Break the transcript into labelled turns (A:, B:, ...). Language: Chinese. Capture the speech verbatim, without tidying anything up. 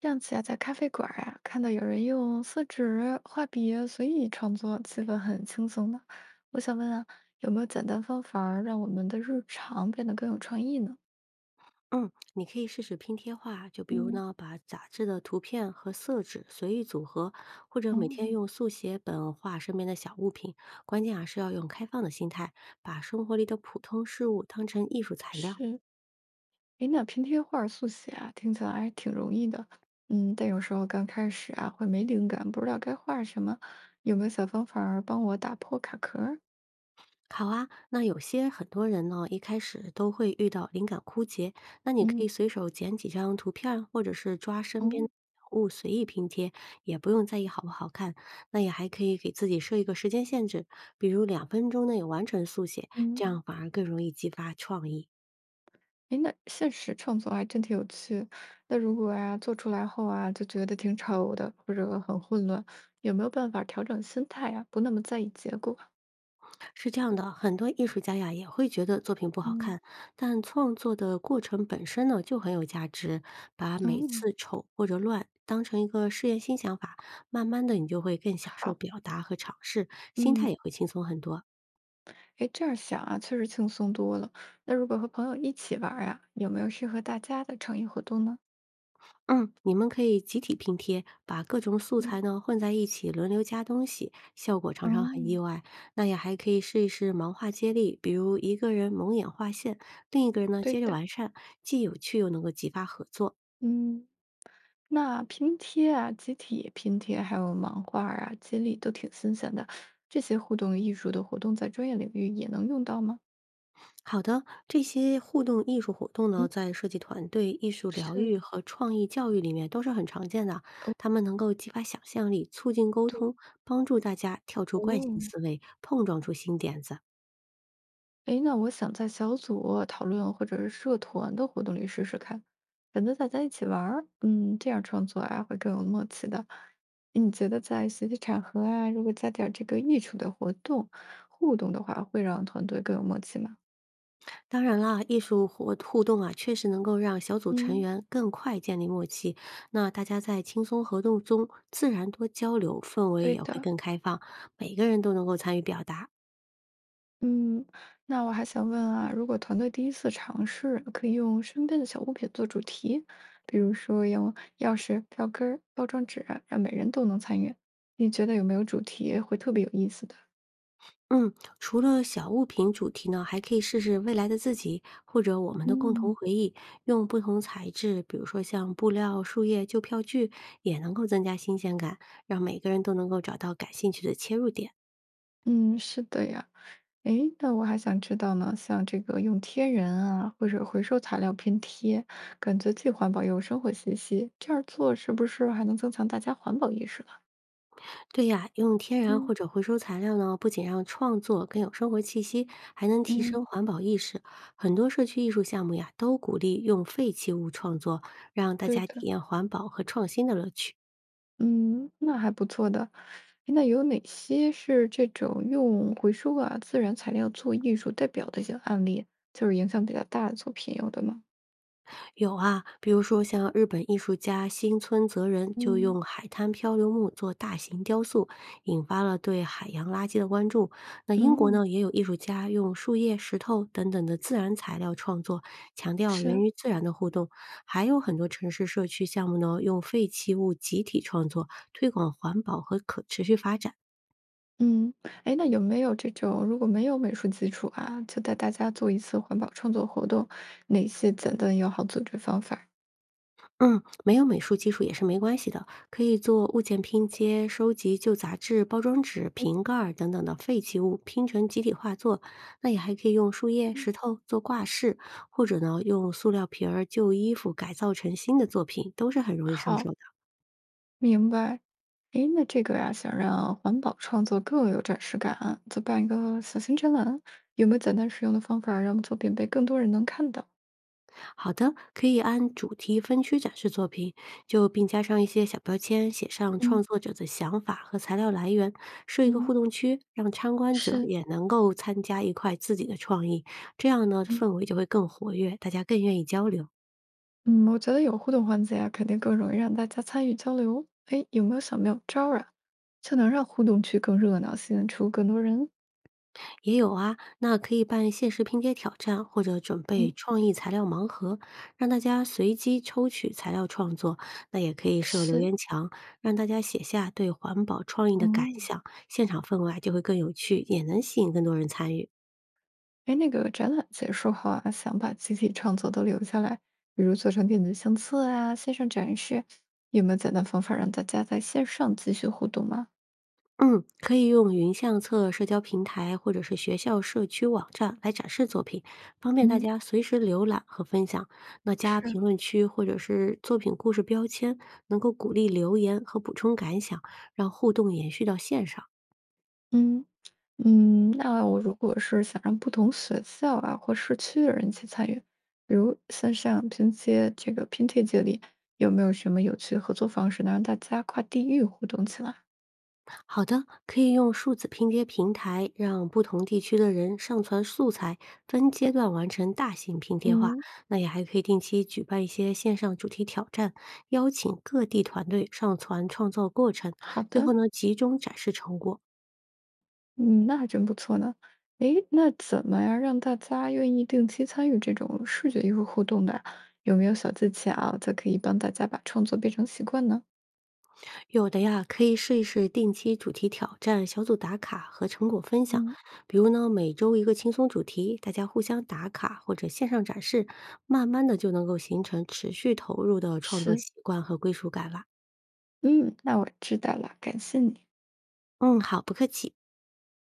A: 上次啊，在咖啡馆儿啊，看到有人用色纸、画笔随意创作，气氛很轻松的。我想问啊，有没有简单方法儿让我们的日常变得更有创意呢？
B: 嗯，你可以试试拼贴画，就比如
A: 嗯，
B: 呢，把杂志的图片和色纸随意组合，或者每天
A: 哦，
B: 用速写本画身边的小物品。关键啊是要用开放的心态，把生活里的普通事物当成艺术材料。
A: 是，诶，那拼贴画儿速写啊，听起来还挺容易的。嗯，但有时候刚开始啊，会没灵感，不知道该画什么。有没有小方法儿帮我打破卡壳儿？
B: 好啊，那有些很多人呢，一开始都会遇到灵感枯竭，那你可
A: 嗯，
B: 以随手捡几张图片儿或者是抓身边的
A: 哦。
B: 物随意拼贴，也不用在意好不好看。那也还可以给自己设一个时间限制，比如两分钟内完成速写，这
A: 嗯。
B: 样反而更容易激发创意。
A: 诶，那现实创作还真挺有趣。那如果啊，做出来后啊，就觉得挺丑的，或者很混乱，有没有办法调整心态啊，不那么在意结果？
B: 是这样的，很多艺术家呀也会觉得作品不好
A: 嗯，
B: 看，但创作的过程本身呢就很有价值。把每
A: 哦，
B: 次丑或者乱当成一个试验新想法，慢慢的你就会更享受
A: 好，
B: 表达和尝试，心
A: 嗯，
B: 态也会轻松很多。
A: 诶，这样想啊，确实轻松多了。那如果和朋友一起玩儿啊，有没有适合大家的创意活动呢？
B: 嗯，你们可以集体拼贴，把各种素材
A: 嗯，
B: 呢混在一起，轮流加东西，效果常
A: 哦，
B: 常很意外。那也还可以试一试盲画接力，比如一个人蒙眼画线，另一个人呢
A: 对
B: 接着
A: 的，
B: 完善，既有趣又能够激发合作。
A: 嗯，那拼贴啊、集体拼贴，还有盲画儿啊、接力都挺新鲜的。这些互动艺术的活动在专业领域也能用到吗？
B: 好的，这些互动艺术活动呢，
A: 嗯，
B: 在设计团队、艺术疗
A: 是，
B: 愈和创意教育里面都是很常见的。
A: 哦，
B: 他们能够激发想象力，促进沟
A: 对，
B: 通，帮助大家跳出惯性
A: 哦。
B: 思维，碰撞出新点子。
A: 哎，那我想在小组讨论或者是社团的活动里试试看，反正大家一起玩儿，嗯，这样创作啊会更有默契的。你觉得在学习场合啊，如果加点儿这个艺术的活动互动的话，会让团队更有默契吗？
B: 当然啦，艺术活互动啊，确实能够让小组成
A: 嗯，
B: 员更快建立默契。那大家在轻松活动中自然多交流，氛围
A: 对
B: 也会
A: 的，
B: 更开放，每个人都能够参与表达。
A: 嗯，那我还想问啊，如果团队第一次尝试，可以用身边的小物品做主题，比如说用钥匙、票根儿、包装纸，让每人都能参与。你觉得有没有主题会特别有意思的？
B: 嗯，除了小物品主题呢，还可以试试未来的自己，或者我们的共同
A: 嗯，
B: 回忆，用不同材质，比如说像布料、树叶、旧票据，也能够增加新鲜感，让每个人都能够找到感兴趣的切入点。
A: 嗯，是的呀。诶，那我还想知道呢，像这个用贴人啊，或者回收材料拼贴，感觉既环保又有生活气息，这样做是不是还能增强大家环保意识呢？
B: 对呀，用天然
A: 嗯，
B: 或者回收材料呢，不仅让创作更有生活气息，还能提
A: 嗯，
B: 升环保意识。很多社区艺术项目呀，都鼓励用废弃物创作，让大
A: 对
B: 家
A: 的。
B: 体验环保和创新的乐趣。
A: 嗯，那还不错的。诶那有哪些是这种用回收啊、自然材料做艺术代表的一些案例，就是影响比较大的作品有的吗？
B: 有啊，比如说像日本艺术家新村泽人就
A: 嗯，
B: 用海滩漂流木做大型雕塑，引发了对海洋垃圾的关注。那英国
A: 嗯，
B: 呢，也有艺术家用树叶、石头等等的自然材料创作，强调人
A: 是，
B: 与自然的互动。还有很多城市社区项目呢，用废弃物集体创作，推广环保和可持续发展。
A: 嗯，哎，那有没有这种如果没有美术基础啊，就带大家做一次环保创作活动，哪些简单又好组织方法儿
B: 嗯，没有美术基础也是没关系的，可以做物件拼接，收集旧杂志、包装纸、瓶盖儿等等的废弃物，拼成集体画作。那也还可以用树叶、石头做挂饰，或者呢，用塑料瓶儿、旧衣服改造成新的作品，都是很容易上手
A: 好，
B: 的。
A: 明白。诶，那这个呀，想让环保创作更有展示感，就办一个小型展览，有没有简单实用的方法让作品被更多人能看到？
B: 好的，可以按主题分区展示作品，就并加上一些小标签，写上创
A: 嗯
B: 作者的想法和材料来源，设一个互
A: 嗯，
B: 动区，让参观者
A: 是，
B: 也能够参加一块自己的创意，这样呢，
A: 嗯
B: 氛围就会更活跃，大家更愿意交流。
A: 嗯，我觉得有互动环节啊，肯定更容易让大家参与交流。诶，有没有小妙招儿啊，就能让互动区更热闹，吸引出更多人？
B: 也有啊，那可以办限时拼贴挑战，或者准备
A: 嗯
B: 创意材料盲盒，让大家随机抽取材料创作。那也可以设留
A: 是。
B: 言墙，让大家写下对环保创意的感
A: 哦。
B: 想，现场氛围啊就会更有趣，也能吸引更多人参与。
A: 哎，那个展览结束后啊，想把集体创作都留下来，比如做成电子相册啊、线上展示，有没有简单方法让大家在线上继续互动吗？
B: 嗯，可以用云相册、社交平台或者是学校社区网站来展示作品，方便大
A: 嗯，
B: 家随时浏览和分享。那加
A: 是，
B: 评论区或者是作品故事标签，能够鼓励留言和补充感想，让互动延续到线上。
A: 嗯嗯，那我如果是想让不同学校啊或社区的人一起参与，比如线上拼接这个拼贴接力，有没有什么有趣的合作方式能让大家跨地域互动起来？
B: 好的，可以用数字拼接平台，让不同地区的人上传素材，分阶段完成大型拼贴画。
A: 嗯，
B: 那也还可以定期举办一些线上主题挑战，邀请各地团队上传创作过程，
A: 好
B: 最后
A: 的。
B: 呢集中展示成果。
A: 嗯，那还真不错呢。诶，那怎么样让大家愿意定期参与这种视觉艺术互动的？有没有小技巧，则可以帮大家把创作变成习惯呢？
B: 有的呀，可以试一试定期主题挑战、小组打卡和成果分享，
A: 嗯，
B: 比如呢每周一个轻松主题，大家互相打卡或者线上展示，慢慢的就能够形成持续投入的创作
A: 是。
B: 习惯和归属感了。
A: 嗯，那我知道了，感谢你。
B: 嗯，好，不客气。